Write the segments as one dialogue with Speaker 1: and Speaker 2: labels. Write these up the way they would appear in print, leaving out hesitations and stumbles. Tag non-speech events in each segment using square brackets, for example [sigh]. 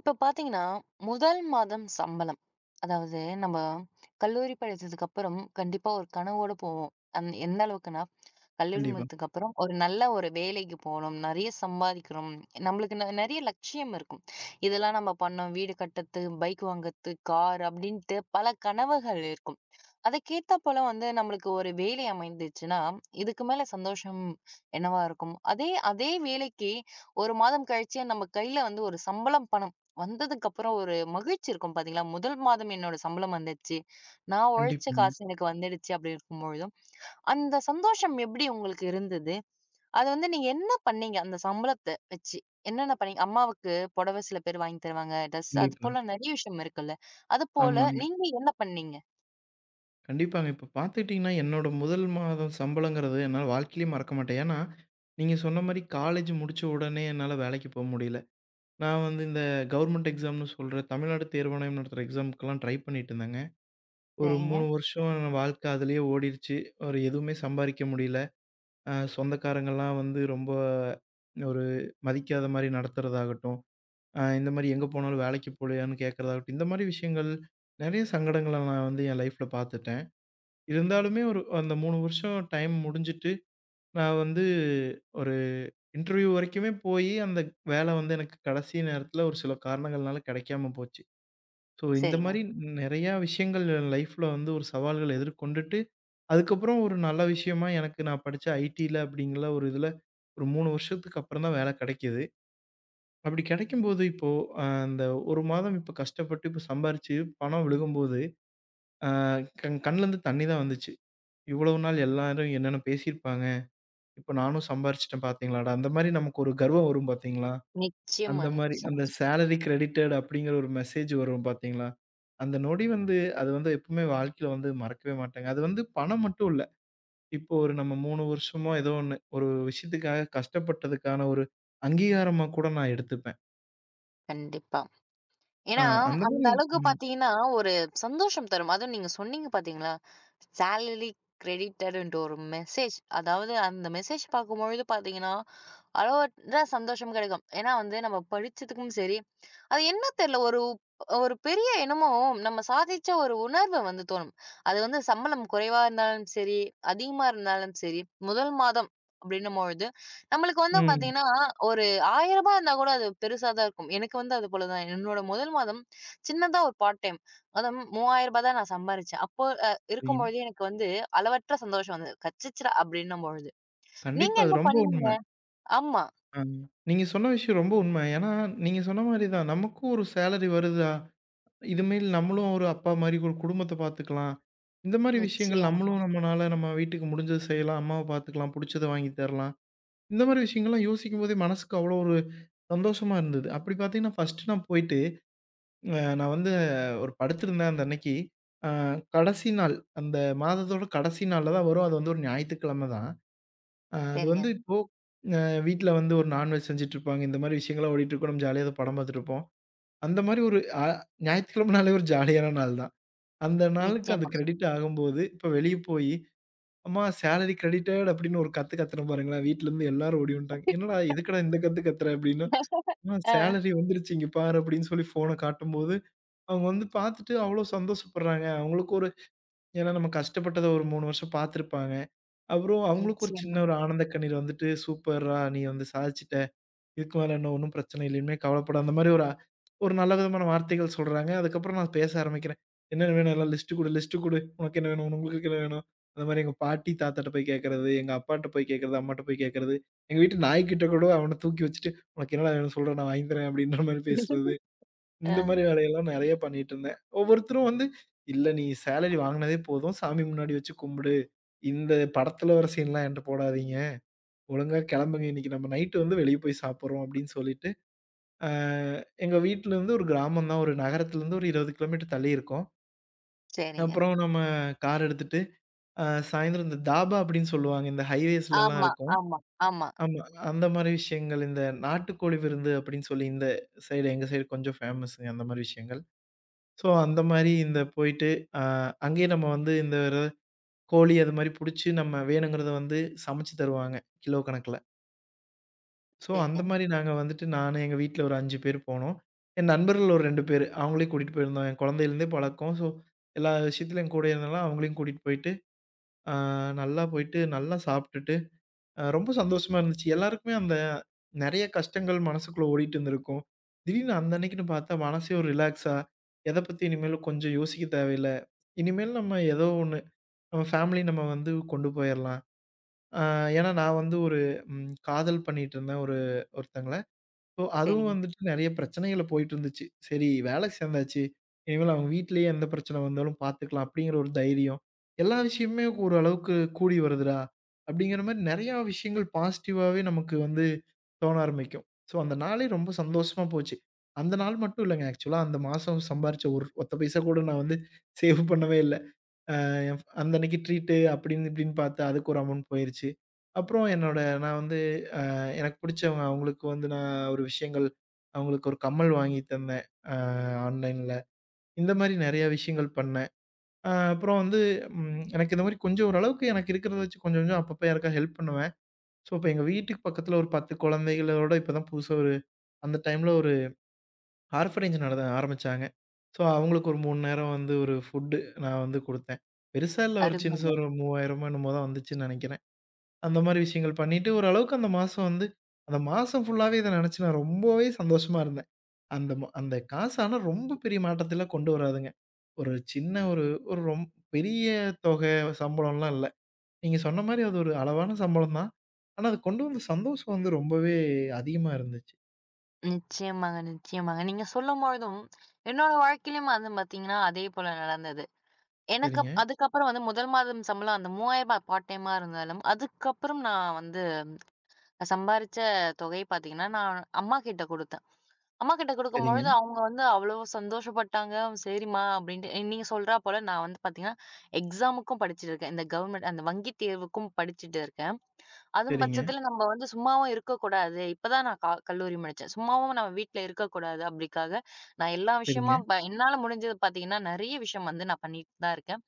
Speaker 1: இப்ப பாத்தீங்கன்னா, முதல் மாதம் சம்பளம். அதாவது நம்ம கல்லூரி படிச்சதுக்கு அப்புறம் கண்டிப்பா ஒரு கனவோட போவோம். எந்த அளவுக்குன்னா, கல்லூரி
Speaker 2: கண்டிப்பா.
Speaker 1: முடித்ததுக்கு அப்புறம் ஒரு நல்ல ஒரு வேலைக்கு போணும். நெறைய சம்பாதிக்கணும். நம்மளுக்கு நெறைய லட்சியம் இருக்கும். இதெல்லாம் நம்ம பண்ணோம். வீடு கட்டத்து, பைக் வாங்கத்து, கார் அப்படின்ட்டு பல கனவுகள் இருக்கும். அதுக்கேத்தா போல வந்து நம்மளுக்கு ஒரு வேலை அமைந்துச்சுன்னா, இதுக்கு மேல சந்தோஷம் என்னவா இருக்கும்? அதே அதே வேலைக்கு 1 மாதம் கழிச்சு நம்ம கையில வந்து ஒரு சம்பளம் பணம் வந்ததுக்கு அப்புறம் ஒரு மகிழ்ச்சி இருக்கும் பாத்தீங்களா? முதல் மாதம் என்னோட சம்பளம் வந்துடுச்சு. நான் உழைச்ச
Speaker 2: கண்டிப்பாங்க.
Speaker 1: காசு எனக்கு வந்துடுச்சு அப்படி இருக்கும் பொழுதும், அந்த சந்தோஷம் எப்படி உங்களுக்கு இருந்தது? அது வந்து நீங்க என்ன பண்ணீங்க? அந்த சம்பளத்த வச்சு. என்னென்ன பண்ணீங்க? அம்மாவுக்கு புடவை சில பேர் வாங்கி தருவாங்க. ட்ரெஸ் அது
Speaker 2: கண்டிப்பா.
Speaker 1: போல நெறைய விஷயம் இருக்குல்ல. அதுபோல
Speaker 2: ஆமாங்க.
Speaker 1: நீங்க என்ன பண்ணீங்க?
Speaker 2: கண்டிப்பாங்க. இப்ப பார்த்துக்கிட்டீங்கன்னா, என்னோட முதல் மாதம் சம்பளங்கிறது என்னால வாழ்க்கையிலயே மறக்க மாட்டேன். ஏன்னா, நீங்க சொன்ன மாரி காலேஜ் முடிச்ச உடனே என்னால வேலைக்கு போ முடியல. நான் வந்து இந்த கவர்மெண்ட் எக்ஸாம்னு சொல்ற தமிழ்நாடு தேர்வாணையம் நடத்துற எக்ஸாமுக்கெல்லாம் ட்ரை பண்ணிட்டு இருந்தேங்க. ஒரு
Speaker 1: சரிங்க,
Speaker 2: 3 வருஷம் என் வாழ்க்கை அதிலேயே ஓடிருச்சு. ஒரு எதுவுமே சம்பாரிக்க முடியல. சொந்தக்காரங்கலாம் வந்து ரொம்ப ஒரு மதிக்காத மாரி நடத்துறதாகட்டும். இந்த மாரி எங்க போனாலும் வேலைக்கு போலயான்னு கேட்கறதாகட்டும், இந்த மாரி விஷயங்கள் நெறைய சங்கடங்கள நான் வந்து என் லைஃப்ல பார்த்துட்டேன். இருந்தாலுமே ஒரு அந்த 3 வருஷம் டைம் முடிஞ்சுட்டு, நான் வந்து ஒரு இன்டர்வியூ வரைக்குமே போயி, அந்த வேலை வந்து எனக்கு கடைசி நேரத்துல ஒரு சில காரணங்கள்னால கிடைக்காம போச்சு. ஸோ, இந்த
Speaker 1: சரிங்க.
Speaker 2: மாரி நெறையா விஷயங்கள் என் லைஃப்ல வந்து ஒரு சவால்கள் எதிர்கொண்டுட்டு, அதுக்கப்புறம் ஒரு நல்ல விஷயமா எனக்கு நான் படிச்ச ஐடில அப்படிங்கிற ஒரு இதுல ஒரு 3 வருஷத்துக்கு அப்புறம் தான் வேலை கிடைக்குது. அப்படி கிடைக்கும்போது இப்போ அந்த 1 மாதம் இப்ப கஷ்டப்பட்டு இப்ப சம்பாரிச்சு பணம் விழுகும்போது, அ கண்லருந்து தண்ணி தான் வந்துச்சு. இவ்வளவு நாள் எல்லாரும் என்னென்ன பேசியிருப்பாங்க. இப்ப நானும் சம்பாரிச்சுட்டேன் பார்த்தீங்களாடா! அந்த மாரி நமக்கு ஒரு கர்வம் வரும் பார்த்தீங்களா?
Speaker 1: நிச்சயமா,
Speaker 2: அந்த மாரி
Speaker 1: நிச்சயமா.
Speaker 2: அந்த சேலரி கிரெடிட்டட் அப்படிங்கிற ஒரு மெசேஜ் வரும் பார்த்தீங்களா? அந்த நொடி வந்து அது வந்து எப்பவுமே வாழ்க்கையில வந்து மறக்கவே மாட்டேங்க. அது வந்து பணம் மட்டும் இல்ல. இப்போ ஒரு நம்ம 3 வருஷமோ ஏதோ ஒண்ணு ஒரு விஷயத்துக்காக கஷ்டப்பட்டதுக்கான ஒரு அங்கீகாரமா கூட நான் எடுத்துப்பேன்.
Speaker 1: கண்டிப்பா.
Speaker 2: அ
Speaker 1: ஏன்னா,
Speaker 2: அந்த
Speaker 1: அந்த
Speaker 2: மாரி
Speaker 1: அளவுக்கு பார்த்தீங்கன்னா, ஒரு சந்தோஷம் தரும். அதுவும் நீங்க சொன்னீங்க பார்த்தீங்களா? சேலரி கிரெடிட்டடுன்ட்டு ஒரு மெசேஜ். அதாவது அந்த மெசேஜ் பார்க்கும்பொழுது பார்த்தீங்கன்னா, அளவற்ற சந்தோஷம் கிடைக்கும். ஏன்னா வந்து நம்ம படிச்சதுக்கும் சரி, அது என்ன தெரியல ஒரு ஒரு பெரிய என்னமோ நம்ம சாதிச்ச ஒரு உணர்வு வந்து தோணும். அது வந்து சம்பளம் குறைவா இருந்தாலும் சரி, அதிகமா இருந்தாலும் சரி, முதல் மாதம் அப்படின்னும்பொழுது, நம்மளுக்கு வந்து
Speaker 2: ம்.
Speaker 1: பார்த்தீங்கன்னா, ஒரு ரூ. 1000 இருந்தா கூட அது பெருசா தான் இருக்கும். எனக்கு வந்து அது போல தான். என்னோட முதல் மாதம் சின்னதா ஒரு பார்ட் டைம். அதுவும் ரூ. 3000 தான் நான் சம்பாரிச்சேன். அப்போ
Speaker 2: சரிங்க.
Speaker 1: இருக்கும்பொழுது எனக்கு வந்து அளவற்ற சந்தோஷம் வந்தது. "கச்சிச்சடா!" அப்படின்னும் பொழுது. நீங்க
Speaker 2: கண்டிப்பா. அது
Speaker 1: என்ன
Speaker 2: ரொம்ப
Speaker 1: பண்ணீங்க?
Speaker 2: உண்ம.
Speaker 1: ஆமா.
Speaker 2: ஆ. நீங்க சொன்ன விஷயம் ரொம்ப உண்ம. ஏன்னா, நீங்க சொன்ன மாரி தான். நமக்கும் ஒரு சேலரி வருதா, இதுமேல் நம்மளும் ஒரு அப்பா மாரி ஒரு குடும்பத்த பார்த்துக்கலாம். இந்த மாரி விஷயங்கள்
Speaker 1: நிச்சயமா.
Speaker 2: நம்மளும் நம்மனால நம்ம வீட்டுக்கு முடிஞ்சத செய்யலாம். அம்மாவ பார்த்துக்கலாம். புடிச்சத வாங்கி தரலாம். இந்த மாரி விஷயங்கள்லாம் யோசிக்கும்போதே மனசுக்கு அவ்வளோ ஒரு சந்தோஷமா இருந்தது. அப்படி பார்த்தீங்கன்னா, ஃபர்ஸ்ட்டு நான் போயிட்டு நான் வந்து ஒரு படுத்திருந்தேன் அந்த அன்னைக்கு. அ கடைசி நாள் அந்த மாதத்தோட கடைசி நாள்ல தான் வரும். அது வந்து ஒரு ஞாயித்துக்கிழம தான். அது
Speaker 1: சரிங்க.
Speaker 2: வந்து இப்போ அ வீட்ல வந்து ஒரு நான்வெஜ் செஞ்சுட்டுருப்பாங்க. இந்த மாரி விஷயங்கள்லாம் ஓடிட்டுருக்கும். நம்ம ஜாலியா ஏதோ படம் பார்த்துட்டுருப்போம். அந்த மாரி ஒரு ஞாயிற்றுக்கிழமனாலே ஒரு ஜாலியான நாள் தான். அந்த நாளுக்கு அந்த
Speaker 1: நிச்சயமா.
Speaker 2: கிரெடிட் ஆகும்போது, இப்ப வெளிய போயி, "அம்மா சேலரி கிரெடிட்டட்" அப்படின்னு ஒரு கத்து கத்துனேன் பாருங்களேன். வீட்லருந்து எல்லாரும் ஓடி வந்துட்டாங்க. "என்னடா எதுக்குடா இந்த கத்து கத்துற?" அப்படின்னா, "அம்மா
Speaker 1: ஆ.
Speaker 2: சேலரி வந்துருச்சு இங்க பாரு" அப்படின்னு சொல்லி ஃபோன காட்டும்போது, அவங்க வந்து பார்த்துட்டு அவ்வளோ சந்தோஷப்படுறாங்க. அவங்களுக்கு ஒரு ஏன்னா நம்ம கஷ்டப்பட்டத ஒரு 3 வருஷம் பார்த்துருப்பாங்க. அப்புறம் அவங்களுக்கு ஒரு
Speaker 1: நிச்சயமா.
Speaker 2: சின்ன ஒரு ஆனந்த கண்ணீர் வந்துட்டு, "சூப்பர்றா! நீ வந்து சாதிச்சுட்ட. இதுக்கு மேல என்ன ஒண்ணும் பிரச்சனை இல்ல. இனிமே கவலைப்படாத" அந்த மாரி ஒரு ஒரு நல்ல விதமான வார்த்தைகள் சொல்றாங்க. அதுக்கப்புறம் நான் பேச ஆரம்பிக்கிறேன். "என்னென்ன வேணும்? எல்லாம் லிஸ்ட் குடு, லிஸ்ட் குடு. உனக்கு என்ன வேணும்? உங்களுக்கு என்ன வேணும்?" அந்த மாரி எங்க பாட்டி, தாத்தாட்ட போய் கேட்கறது, எங்க அப்பாட்ட போய் கேட்கறது, அம்மாட்ட போய் கேட்கறது, எங்க வீட்டு நாய்க்கிட்ட கூட அவன தூக்கி வச்சுட்டு, "உனக்கு என்னடா வேணும் சொல்றா, நான் வாங்கி தரேன்" அப்படின்ற மாரி பேசுறது.
Speaker 1: ஆ.
Speaker 2: இந்த மாரி வேலையெல்லாம் நெறைய பண்ணிட்டு இருந்தேன். ஒவ்வொருத்தரும் வந்து, "இல்ல நீ சேலரி வாங்குனதே போதும். சாமி முன்னாடி வச்சு கும்பிடு." இந்த படத்துல வர சீன்லாம் என்ட்ட போடாதீங்க. ஒழுங்கா கெளம்புங்க. இன்னைக்கு நம்ம நைட்டு வந்து வெளிய போய் சாப்பிடுறோம் அப்படின்னு சொல்லிட்டு, அ எங்க வீட்லருந்து ஒரு கிராமம் தான். ஒரு நகரத்துலருந்து ஒரு 20 கிலோமீட்டர் தள்ளி இருக்கோம்.
Speaker 1: சரிங்க.
Speaker 2: அப்புறம் நம்ம கார் எடுத்துட்டு, அ சாயந்தரம் இந்த தாபா அப்படின்னு சொல்லுவாங்க. இந்த ஹைவேஸ்லலாம்
Speaker 1: ஆமா,
Speaker 2: இருக்கும்.
Speaker 1: ஆமா, ஆமா.
Speaker 2: ஆமா. அந்த மாரி விஷயங்கள், இந்த நாட்டுக்கோழி விருந்து அப்படின்னு சொல்லி இந்த சைடு, எங்க சைடு கொஞ்சம் ஃபேமஸுங்க அந்த மாரி விஷயங்கள். ஸோ அந்த மாரி இந்த போயிட்டு, அ அங்கேயே நம்ம வந்து இந்த ஒரு கோழி அது மாரி புடிச்சு, நம்ம வேணுங்கிறத வந்து சமைச்சு தருவாங்க, கிலோ கணக்குல. ஸோ, அந்த
Speaker 1: சரி,
Speaker 2: மாரி நாங்க வந்துட்டு நானு, எங்க வீட்ல ஒரு 5 பேர் போனோம். என் நண்பர்கள் ஒரு 2 பேரு. அவங்களையும் கூட்டிட்டு போயிருந்தோம். என் குழந்தையிலேருந்தே பழக்கம். ஸோ, எல்லா விஷயத்துலயும் என் கூடயே இருந்தனால அவங்களையும் கூட்டிட்டு போயிட்டு, ஆ நல்லா போயிட்டு, நல்லா சாப்பிட்டுட்டு, ரொம்ப சந்தோஷமா இருந்துச்சு. எல்லாருக்குமே அந்த நெறைய கஷ்டங்கள் மனசுக்குள்ள ஓடிட்டு இருந்திருக்கும். திடீர்னு அந்த அன்னைக்குன்னு பார்த்தா மனசே ஒரு ரிலாக்ஸா, எத பத்தி இனிமேலும் கொஞ்சம் யோசிக்க தேவையில்ல. இனிமேல் நம்ம ஏதோ ஒண்ணு நம்ம ஃபேமிலி நம்ம வந்து கொண்டு போயிரலாம். ஆ ஏன்னா நான் வந்து ஒரு காதல் பண்ணிட்டு இருந்தேன் ஒரு ஒருத்தங்கள. ஸோ, அதுவும்
Speaker 1: சரிங்க.
Speaker 2: வந்துட்டு நெறைய பிரச்சனைகள்ல போயிட்டு இருந்துச்சு. சரி வேலைக்கு சேர்ந்தாச்சு. இனிமேல் அவங்க வீட்லயே எந்த பிரச்சனை வந்தாலும் பார்த்துக்கலாம் அப்படிங்கிற ஒரு தைரியம். எல்லா விஷயமுமே ஒரு அளவுக்கு கூடி வருதுடா! அப்படிங்கிற மாரி நெறையா விஷயங்கள் பாசிட்டிவாவே நமக்கு வந்து தோண ஆரம்பிக்கும். ஸோ, அந்த நாளே ரொம்ப சந்தோஷமா போச்சு. அந்த நாள் மட்டும் இல்லங்க. ஆக்சுவலா அந்த மாசம் சம்பாரிச்ச ஒரு ஒத்த பைசா கூட நான் வந்து சேவ் பண்ணவே இல்ல. அ அந்த அன்னைக்கு ட்ரீட்டு அப்படின்னு இப்படின்னு பார்த்து அதுக்கு ஒரு அமௌண்ட் போயிருச்சு. அப்புறம் என்னோட நான் வந்து எனக்கு பிடிச்சவங்க. அவங்களுக்கு வந்து நான் ஒரு விஷயங்கள் அவங்களுக்கு ஒரு கம்மல் வாங்கி தந்தேன். அ ஆன்லைன்ல. இந்த மாரி நெறைய விஷயங்கள் பண்ணேன். அப்புறம் வந்து எனக்கு இந்த மாரி கொஞ்சம் ஓரளவுக்கு எனக்கு இருக்கிறத வச்சு கொஞ்சம் கொஞ்சம் அப்பப்ப யாருக்கா ஹெல்ப் பண்ணுவேன். ஸோ, இப்ப எங்க வீட்டுக்கு பக்கத்துல ஒரு 10 குழந்தைகளோட இப்ப தான் புதுசா ஒரு அந்த டைம்ல ஒரு ஆர்ஃபனேஜ் நட ஆரம்பிச்சாங்க. ஸோ, அவங்களுக்கு ஒரு 3 நேரம் வந்து ஒரு ஃபுட் நான் வந்து குடுத்தேன். பெருசா இல்ல ஒரு சின்னசா
Speaker 1: அருமைங்க.
Speaker 2: ஒரு 3000 என்னமோ தான் வந்துச்சுன்னு நெனைக்கிறேன். அந்த மாரி விஷயங்கள் பண்ணிட்டு, ஓரளவுக்கு அந்த மாசம் வந்து அந்த மாசம் ஃபுல்லாவே இத நெனச்சு நான் ரொம்பவே சந்தோஷமா இருந்தேன். அந்த காசு ஆனா ரொம்ப பெரிய மாற்றத்தலாம் கொண்டு வராதுங்க. ஒரு சின்ன ஒரு ஒரு ரொம் பெரிய தொகை சம்பளம்லாம் இல்ல. நீங்க சொன்ன மாரி அது ஒரு அளவான சம்பளம் தான். ஆனா அது கொண்டு வந்த சந்தோஷம் வந்து ரொம்பவே அதிகமா இருந்துச்சு.
Speaker 1: நிச்சயமாங்க, நிச்சயமாங்க. நீங்க சொல்லும்பொழுதும், என்னோட வாழ்க்கையிலும் வந்து பார்த்தீங்கன்னா, அதே போல நடந்தது. எனக்கு
Speaker 2: சரிங்க,
Speaker 1: அதுக்கப்புறம் வந்து முதல் மாதம் சம்பளம் அந்த ரூ. 3000 பார்ட் டைமா இருந்தாலும், அதுக்கப்புறம் நான் வந்து சம்பாரிச்ச தொகை பார்த்தீங்கன்னா, நான் அம்மாகிட்ட குடுத்தேன். அம்மாகிட்ட
Speaker 2: சரிங்க,
Speaker 1: குடுக்கும்பொழுது அவங்க வந்து அவ்ளோ சந்தோஷப்பட்டாங்க. "சரிம்மா" அப்படின்ட்டு. நீங்க சொல்றா போல நான் வந்து பார்த்தீங்கன்னா, எக்ஸாமுக்கும் படிச்சுட்டு இருக்கேன். இந்த கவர்மெண்ட் அந்த வங்கி தேர்வுக்கும் படிச்சுட்டு இருக்கேன். அதுவும்
Speaker 2: சரிங்க,
Speaker 1: பட்சத்தில நம்ம வந்து சும்மாவும் இருக்கக்கூடாது. இப்பதான் நான் கல்லூரி முடிச்சேன். சும்மாவும் நம்ம வீட்ல இருக்கக்கூடாது. அப்படிக்காக நான் எல்லா
Speaker 2: சரிங்க.
Speaker 1: விஷயமும் என்னால முடிஞ்சது பார்த்தீங்கன்னா, நெறைய விஷயம் வந்து நான் பண்ணிட்டு தான் இருக்கேன்.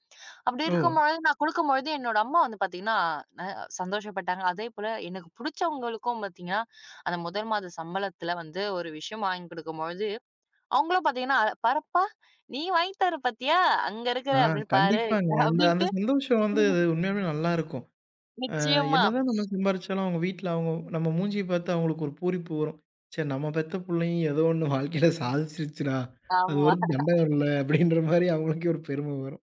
Speaker 1: அப்படி
Speaker 2: ஓ!
Speaker 1: இருக்கும்பொழுது நான் குடுக்கும்பொழுது என்னோட அம்மா வந்து பார்த்தீங்கன்னா, ந சந்தோஷப்பட்டாங்க. அதேபோல எனக்கு புடிச்சவங்களுக்கும் பார்த்தீங்கன்னா, அந்த முதல் மாத சம்பளத்துல வந்து ஒரு விஷயம் வாங்கி குடுக்கும்பொழுது, அவங்களும் பார்த்தீங்கன்னா, "பாரப்பா நீ வாங்கி தர பார்த்தியா? அங்க இருக்கிற
Speaker 2: ஆ
Speaker 1: அப்படின்னு பாரு"
Speaker 2: கண்டிப்பாங்க. அந்த அந்த
Speaker 1: அப்படின்ட்டு
Speaker 2: சந்தோஷம் வந்து அது உண்மையாலுமே நல்லாருக்கும்.
Speaker 1: நிச்சயமா.
Speaker 2: என்னதான் நம்ம சம்பாரிச்சாலும் அவங்க வீட்ல அவங்க நம்ம மூஞ்சிய பாத்து அவங்களுக்கு ஒரு பூரிப்பு வரும். சரி நம்ம பெத்த புள்ளையும் ஏதோ ஒண்ணு வாழ்க்கையில சாதிச்சிருச்சுடா! அது
Speaker 1: ஆமா.
Speaker 2: ஒரு தண்டகம் இல்ல அப்டின்ற மாரி அவங்களுக்கே ஒரு பெருமை வரும்.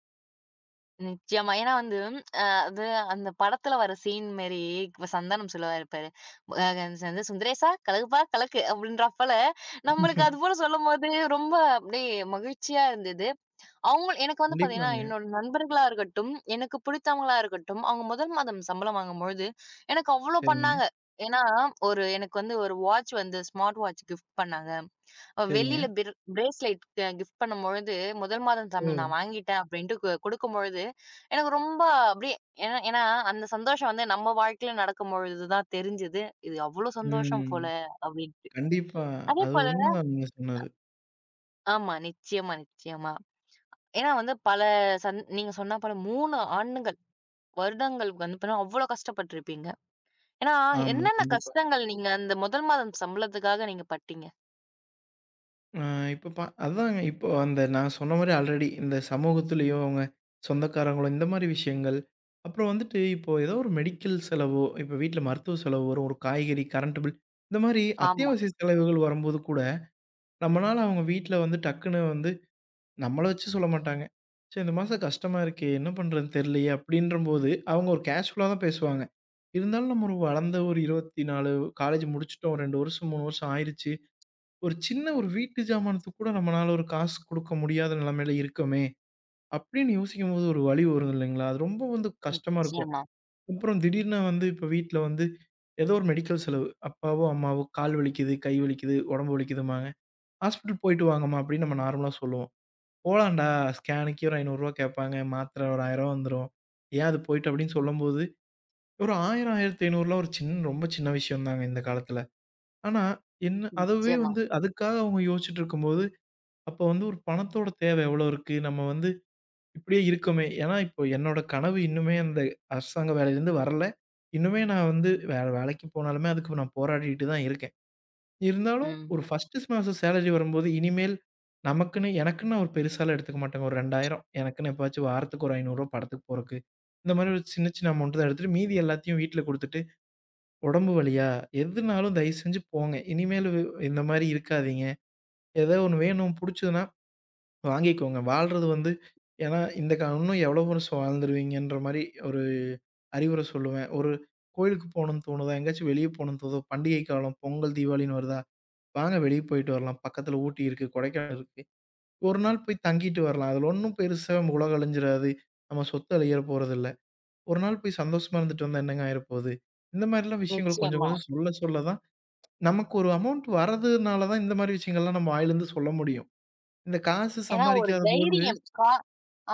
Speaker 1: நிச்சயமா. ஏன்னா வந்து அது அந்த படத்துல வர சீன் மாரி இப்ப சந்தானம் சொல்லுவாரு பாரு, அ வந்து "சுந்தரேசா கலக்குப்பா கலக்கு" அப்படின்றா போல, நம்மளுக்கு அதுபோல சொல்லும்போது ரொம்ப அப்படியே மகிழ்ச்சியா இருந்தது. அவங்க எனக்கு வந்து பார்த்தீங்கன்னா,
Speaker 2: கண்டிப்பாங்க.
Speaker 1: என்னோட நண்பர்களா இருக்கட்டும், எனக்கு பிடித்தவங்களா இருக்கட்டும், அவங்க முதல் மாதம் சம்பளம் வாங்கும்பொழுது, எனக்கு அவ்ளோ
Speaker 2: சரிங்க,
Speaker 1: பண்ணாங்க. ஏன்னா, ஒரு எனக்கு வந்து ஒரு வாட்ச் வந்து ஸ்மார்ட் வாட்ச் கிஃப்ட் பண்ணாங்க.
Speaker 2: சரிங்க.
Speaker 1: வெள்ளியில பிரேஸ்லெட் கிஃப்ட் பண்ணும்பொழுது, முதல் மாதம்
Speaker 2: ஓ!
Speaker 1: சம்பளம் நான் வாங்கிட்டேன் அப்படின்ட்டு குடுக்கும்பொழுது, எனக்கு ரொம்ப அப்படியே ஏன்னா ஏன்னா அந்த சந்தோஷம் வந்து நம்ம வாழ்க்கையில நடக்கும்பொழுது தான் தெரிஞ்சது. இது அவ்ளோ சந்தோஷம்
Speaker 2: ம்.
Speaker 1: போல அப்படின்ட்டு.
Speaker 2: கண்டிப்பா.
Speaker 1: அதே
Speaker 2: அது
Speaker 1: போல
Speaker 2: உண்மதான் நீங்க சொன்னது.
Speaker 1: ஆமா. நிச்சயமா, நிச்சயமா. ஏன்னா வந்து பல நீங்க சொன்னா போல 3 ஆண்டுகள், வருடங்கள் வந்து பார்த்தீங்கன்னா, அவ்ளோ கஷ்டப்பட்டுருப்பீங்க. ஏன்னா,
Speaker 2: ஆமா,
Speaker 1: என்னென்ன
Speaker 2: கண்டிப்பா.
Speaker 1: கஷ்டங்கள் நீங்க அந்த முதல் மாதம் சம்பளத்துக்காக நீங்க பட்டீங்க?
Speaker 2: ஆ இப்ப அதாங்க. இப்போ அந்த நான் சொன்ன மாரி ஆல்ரெடி இந்த சமூகத்திலயும், அவங்க சொந்தக்காரங்களும் இந்த மாரி விஷயங்கள். அப்புறம் வந்துட்டு இப்போ ஏதோ ஒரு மெடிக்கல் செலவோ, இப்போ வீட்ல மருத்துவ செலவு வரும். ஒரு காய்கறி, கரண்ட் பில் இந்த மாரி
Speaker 1: ஆமா.
Speaker 2: அத்தியாவசிய செலவுகள் வரும்போது கூட, நம்மனால அவங்க வீட்ல வந்து டக்குனு வந்து நம்மள வச்சு சொல்ல மாட்டாங்க. "சே இந்த மாசம் கஷ்டமா இருக்கே, என்ன பண்றதுன்னு தெரியலையே" அப்படின்றபோது அவங்க ஒரு கேஷுவலா தான் பேசுவாங்க. இருந்தாலும் நம்ம ஒரு வளர்ந்த ஒரு 24 காலேஜ் முடிச்சுட்டோம். 2 வருஷம், 3 வருஷம் ஆயிருச்சு. ஒரு சின்ன ஒரு வீட்டு ஜாமானத்துக்கு கூட நம்மனால ஒரு காசு குடுக்க முடியாத நிலைமையில இருக்கோமே! அப்படின்னு யோசிக்கும்போது ஒரு வலி வரும் இல்லைங்களா? அது ரொம்ப வந்து கஷ்டமா இருக்கும்.
Speaker 1: நிச்சயமா,
Speaker 2: அப்புறம் திடீர்னு வந்து இப்ப வீட்ல வந்து ஏதோ ஒரு மெடிக்கல் செலவு. அப்பாவோ, அம்மாவோ கால் வலிக்குது, கை வலிக்குது, உடம்பு வலிக்குதும்பாங்க. ஹாஸ்பிட்டல் போயிட்டு வாங்கம்மா அப்படின்னு நம்ம நார்மலா சொல்லுவோம். போலான்டா ஸ்கேனுக்கே ஒரு ரூ. 500 கேட்பாங்க. மாத்திரை ஒரு ரூ. 1000 வந்துரும். ஏன் அது போயிட்டு அப்படின்னு சொல்லும்போது, ஒரு 1000, 1500லாம் ஒரு சின்ன ரொம்ப சின்ன விஷயம் தாங்க இந்த காலத்துல. ஆனா என்ன அதுவே
Speaker 1: நிச்சயமா.
Speaker 2: வந்து அதுக்காக அவங்க யோசிச்சுட்டு இருக்கும்போது அப்போ வந்து ஒரு பணத்தோட தேவை எவ்வளோ இருக்கு? நம்ம வந்து இப்படியே இருக்கோமே! ஏன்னா, இப்போ என்னோட கனவு இன்னுமே அந்த அரசாங்க வேலையிலேருந்து வரல. இன்னுமே நான் வந்து வேற வேலைக்கு போனாலுமே அதுக்கு நான் போராடிட்டு தான் இருக்கேன். இருந்தாலும்
Speaker 1: ம்.
Speaker 2: ஒரு ஃபர்ஸ்ட்டு மாசம் சேலரி வரும்போது, இனிமேல் நமக்குன்னு எனக்குன்னு ஒரு பெருசாலாம் எடுத்துக்க மாட்டேங்க. ஒரு 2000 எனக்குன்னு எப்பயாச்சும் வாரத்துக்கு ஒரு ரூ. 500 படத்துக்கு போறக்கு. இந்த மாதிரி ஒரு சின்ன சின்ன அமௌண்ட் தான் எடுத்துட்டு மீதி எல்லாத்தையும் வீட்ல குடுத்துட்டு, "உடம்பு வலியா? எதுனாலும் தயவு செஞ்சு போங்க. இனிமேலு இந்த மாரி இருக்காதீங்க. ஏதோ ஒண்ணு வேணும் புடிச்சதுன்னா" வாங்கிக்கோங்க. வாழ்றது வந்து ஏன்னா இந்த இன்னும் எவ்வளோ வருஷம் வாழ்ந்துருவீங்கன்ற மாரி ஒரு அறிவுரை சொல்லுவேன். ஒரு கோயிலுக்கு போணும்னு தோணுதா? எங்கேயாச்சும் வெளிய போணும்னு தோணுதா? பண்டிகை காலம், பொங்கல், தீபாவளின்னு வருதா? வாங்க வெளிய போயிட்டு வரலாம். பக்கத்துல ஊட்டி இருக்கு, கொடைக்கானல் இருக்கு. ஒரு நாள் போய் தங்கிட்டு வரலாம். அதுல ஒண்ணும் பெருசா நம்ம உலகம் அழிஞ்சிராது. நம்ம சொத்து அழியற போறதில்ல. ஒரு நாள் போய் சந்தோஷமா இருந்துட்டு வந்தா என்னங்க ஆயிரப்போது? இந்த மாரிலாம் விஷயங்கள் கொஞ்சம்
Speaker 1: நிச்சயமா.
Speaker 2: கொஞ்சம் சொல்ல சொல்ல தான் நமக்கு ஒரு அமௌண்ட் வரதுனால தான் இந்த மாரி விஷயங்கள்லாம் நம்ம வாயிலருந்து சொல்ல முடியும். இந்த காசு
Speaker 1: ஏன்னா ஒரு
Speaker 2: சம்பாரிக்காத போது
Speaker 1: தைரியம்.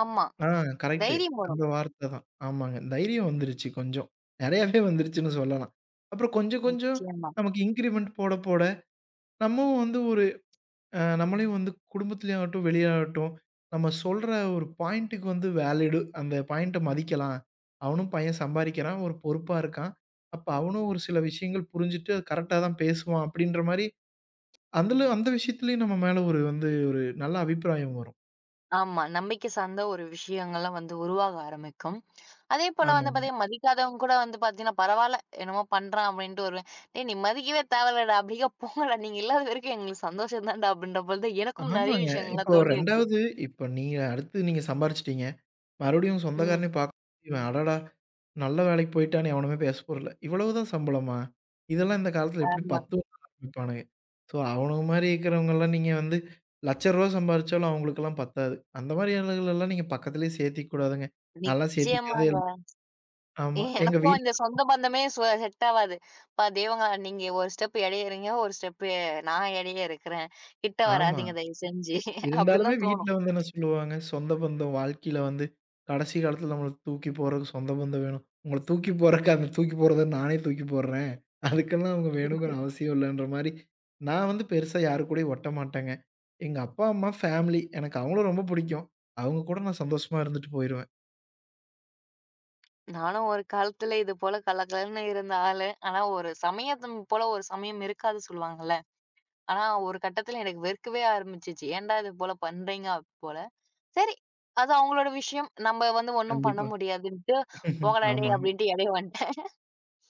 Speaker 1: ஆமா.
Speaker 2: ஆ கரெக்ட்டு.
Speaker 1: தைரியம்
Speaker 2: அந்த
Speaker 1: வரும்.
Speaker 2: வார்த்த தான். ஆமாங்க. தைரியம் வந்துருச்சு கொஞ்சம். நெறையாவே வந்துருச்சுன்னு சொல்லலாம். அப்புறம் கொஞ்சம் கொஞ்சம்
Speaker 1: நிச்சயமா.
Speaker 2: நமக்கு இன்கிரிமெண்ட் போட போட, நம்மவும் வந்து ஒரு நம்மளையும் வந்து குடும்பத்திலயாகட்டும், வெளியாகட்டும், நம்ம சொல்ற ஒரு பாயிண்ட்டுக்கு வந்து வேலிடு அந்த பாயிண்ட்ட மதிக்கலாம். அவனும் பையன் சம்பாரிக்கிறான், ஒரு பொறுப்பா இருக்கான். அப்ப அவனும் ஒரு சில விஷயங்கள் புரிஞ்சுட்டு அது கரெக்ட்டா தான் பேசுவான், அப்படின்ற மாரி, அதுல அந்த விஷயத்துலயும் நம்ம மேல ஒரு வந்து ஒரு நல்ல அபிப்பிராயம் வரும்.
Speaker 1: ஆமா. நம்பிக்கை சார்ந்த ஒரு விஷயங்கள்லாம் வந்து உருவாக ஆரம்பிக்கும். அதே போல வந்து
Speaker 2: ஆமாங்க.
Speaker 1: பார்த்தீங்கன்னா, மதிக்காதவங்க கூட வந்து பார்த்தீங்கன்னா, பரவால்ல என்னமோ பண்றான் அப்படின்ட்டு வருவேன். "டேய் நீ மதிக்கவே தேவையில்லடா, அப்படியே போங்கடா, நீங்க இல்லாத வரைக்கும் எங்களுக்கு சந்தோஷம் தான்டா" அப்படின்ற போல தான் எனக்கும் நெறைய
Speaker 2: ஆமாங்க. இப்போ
Speaker 1: விஷயங்கள்லாம் தோணியிருக்கு.
Speaker 2: 2வது இப்ப நீங்க அடுத்து நீங்க சம்பாரிச்சுட்டீங்க. மறுபடியும்
Speaker 1: ம்.
Speaker 2: சொந்தக்காரனையும் பார்க்க இவன் அடடா! நல்ல வேலைக்கு போயிட்டான்னு எவனுமே பேச போறதில்ல. இவ்வளவுதான் சம்பளமா? இதெல்லாம் இந்த காலத்துல எப்படி
Speaker 1: ஆமா.
Speaker 2: 10 ஆரம்பிப்பானுங்க. ஸோ அவனுங்க மாரி இருக்கிறவங்கலாம் நீங்க வந்து ரூ. 1,00,000 சம்பாரிச்சாலும் அவங்களுக்கெல்லாம் பத்தாது. அந்த மாரி ஆளுகளெல்லாம் நீங்க பக்கத்திலேயே சேர்த்திக்க கூடாதுங்க. நான்லாம் சேர்த்திக்கிறதே
Speaker 1: நிச்சயமாங்க.
Speaker 2: இல்ல. ஆமா. எங்க
Speaker 1: எனக்கும்
Speaker 2: வீட்
Speaker 1: இந்த சொந்த பந்தமே செட் ஆவாது. "அப்பா தெய்வங்களா நீங்க ஒரு ஸ்டெப் எடைய இருங்க, ஒரு ஸ்டெப்பு நான் எடைய இருக்கிறேன். கிட்ட
Speaker 2: ஆமா.
Speaker 1: வராதீங்க தயவு செஞ்சு" அப்படின்னு
Speaker 2: இருந்தாலுமே
Speaker 1: தான்
Speaker 2: வீட்ல
Speaker 1: தோணும்.
Speaker 2: வந்து என்ன சொல்லுவாங்க, சொந்த பந்தம் வாழ்க்கையில வந்து கடைசி காலத்துல நம்மள தூக்கி போறதுக்கு சொந்த பந்தம் வேணும். உங்கள தூக்கி போறக்கு அந்த தூக்கி போறத நானே தூக்கி போடுறேன். அதுக்கெல்லாம் அவங்க வேணுங்கிற அவசியம் இல்லன்ற மாரி, நான் வந்து பெருசா யாரு கூடயும் ஒட்ட மாட்டேங்க. எங்க அப்பா, அம்மா, ஃபேமிலி எனக்கு அவங்கள ரொம்ப பிடிக்கும். அவங்க கூட நான் சந்தோஷமா இருந்துட்டு போயிருவேன்.
Speaker 1: நானும் ஒரு காலத்துல இது போல கலகலன்னு இருந்த ஆளு. ஆனா ஒரு சமயம் போல ஒரு சமயம் இருக்காது சொல்லுவாங்கல்ல. ஆனா, ஒரு கட்டத்துல எனக்கு வெறுக்கவே ஆரம்பிச்சுச்சு. ஏன்டா இது போல பண்றீங்க அது போல. சரி, அது அவங்களோட விஷயம். நம்ம வந்து ஒண்ணும் பண்ண
Speaker 2: கண்டிப்பா.
Speaker 1: முடியாதுன்ட்டு, போங்கடா டேய்
Speaker 2: ஆமாங்க.
Speaker 1: அப்டின்ட்டு இடைய வந்துட்டேன்.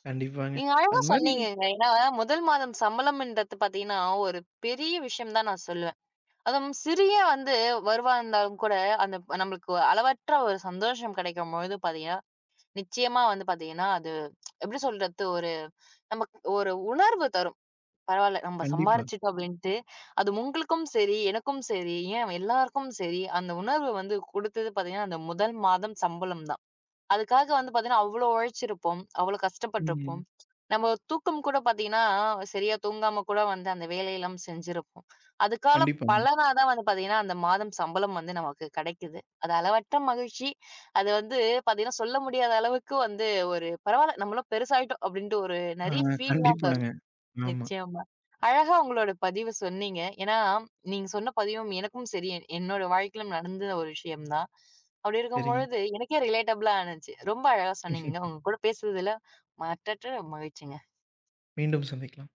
Speaker 2: கண்டிப்பாங்க.
Speaker 1: நீங்க அழகா
Speaker 2: அது மாரி
Speaker 1: சொன்னீங்கங்க. ஏன்னா, முதல் மாதம் சம்பளம்ன்றது பாத்தீங்கன்னா, ஒரு பெரிய விஷயம் தான் நான் சொல்லுவேன். அதுவும் சிறிய வந்து வருவா இருந்தாலும் கூட, அந்த நம்மளுக்கு ஒரு அளவற்ற ஒரு சந்தோஷம் கிடைக்கும்பொழுது பாத்தீங்கன்னா, நிச்சயமா வந்து பாத்தீங்கன்னா, அது எப்படி சொல்றது? ஒரு நமக்கு ஒரு உணர்வு தரும். பரவால்ல. நம்ம
Speaker 2: கண்டிப்பா.
Speaker 1: சம்பாரிச்சுட்டோம் அப்படின்ட்டு, அது உங்களுக்கும் சரி, எனக்கும் சரி, ஏன் எல்லாருக்கும் சரி, அந்த உணர்வு வந்து குடுத்தது பார்த்தீங்கன்னா, அந்த முதல் மாதம் சம்பளம் தான். அதுக்காக வந்து பார்த்தீங்கன்னா, அவ்ளோ உழைச்சிருப்போம். அவ்ளோ
Speaker 2: ம்.
Speaker 1: கஷ்டப்பட்டுருப்போம். நம்ம தூக்கம் கூட பார்த்தீங்கன்னா, சரியா தூங்காம கூட வந்து அந்த வேலையெல்லாம் செஞ்சிருப்போம். அதுக்கான
Speaker 2: கண்டிப்பாங்க.
Speaker 1: பலனா தான் வந்து பார்த்தீங்கன்னா, அந்த மாதம் சம்பளம் வந்து நமக்கு கிடைக்குது. அது அளவற்ற மகிழ்ச்சி. அது வந்து பார்த்தீங்கன்னா, சொல்ல முடியாத அளவுக்கு வந்து ஒரு பரவால்ல நம்மளும் பெருசாயிட்டோம் அப்படின்ட்டு ஒரு
Speaker 2: ஆ
Speaker 1: நெறைய ஃபீல்லாம்
Speaker 2: கண்டிப்பாங்க.
Speaker 1: தரும்.
Speaker 2: ஆமா.
Speaker 1: நிச்சயமா. அழகா உங்களோட பதிவு சொன்னீங்க. ஏன்னா, நீங்க சொன்ன பதிவும் எனக்கும் சரி, என்னோட வாழ்க்கையில நடந்த ஒரு விஷயம் தான். அப்படி
Speaker 2: சரிங்க.
Speaker 1: இருக்கும்பொழுது, எனக்கே ரிலேட்டபிளா ஆனுச்சு. ரொம்ப அழகா சொன்னீங்க.
Speaker 2: [laughs]
Speaker 1: உங்க கூட பேசுறதுல மட்டற்ற மகிழ்ச்சிங்க.
Speaker 2: மீண்டும் சந்திக்கலாம்.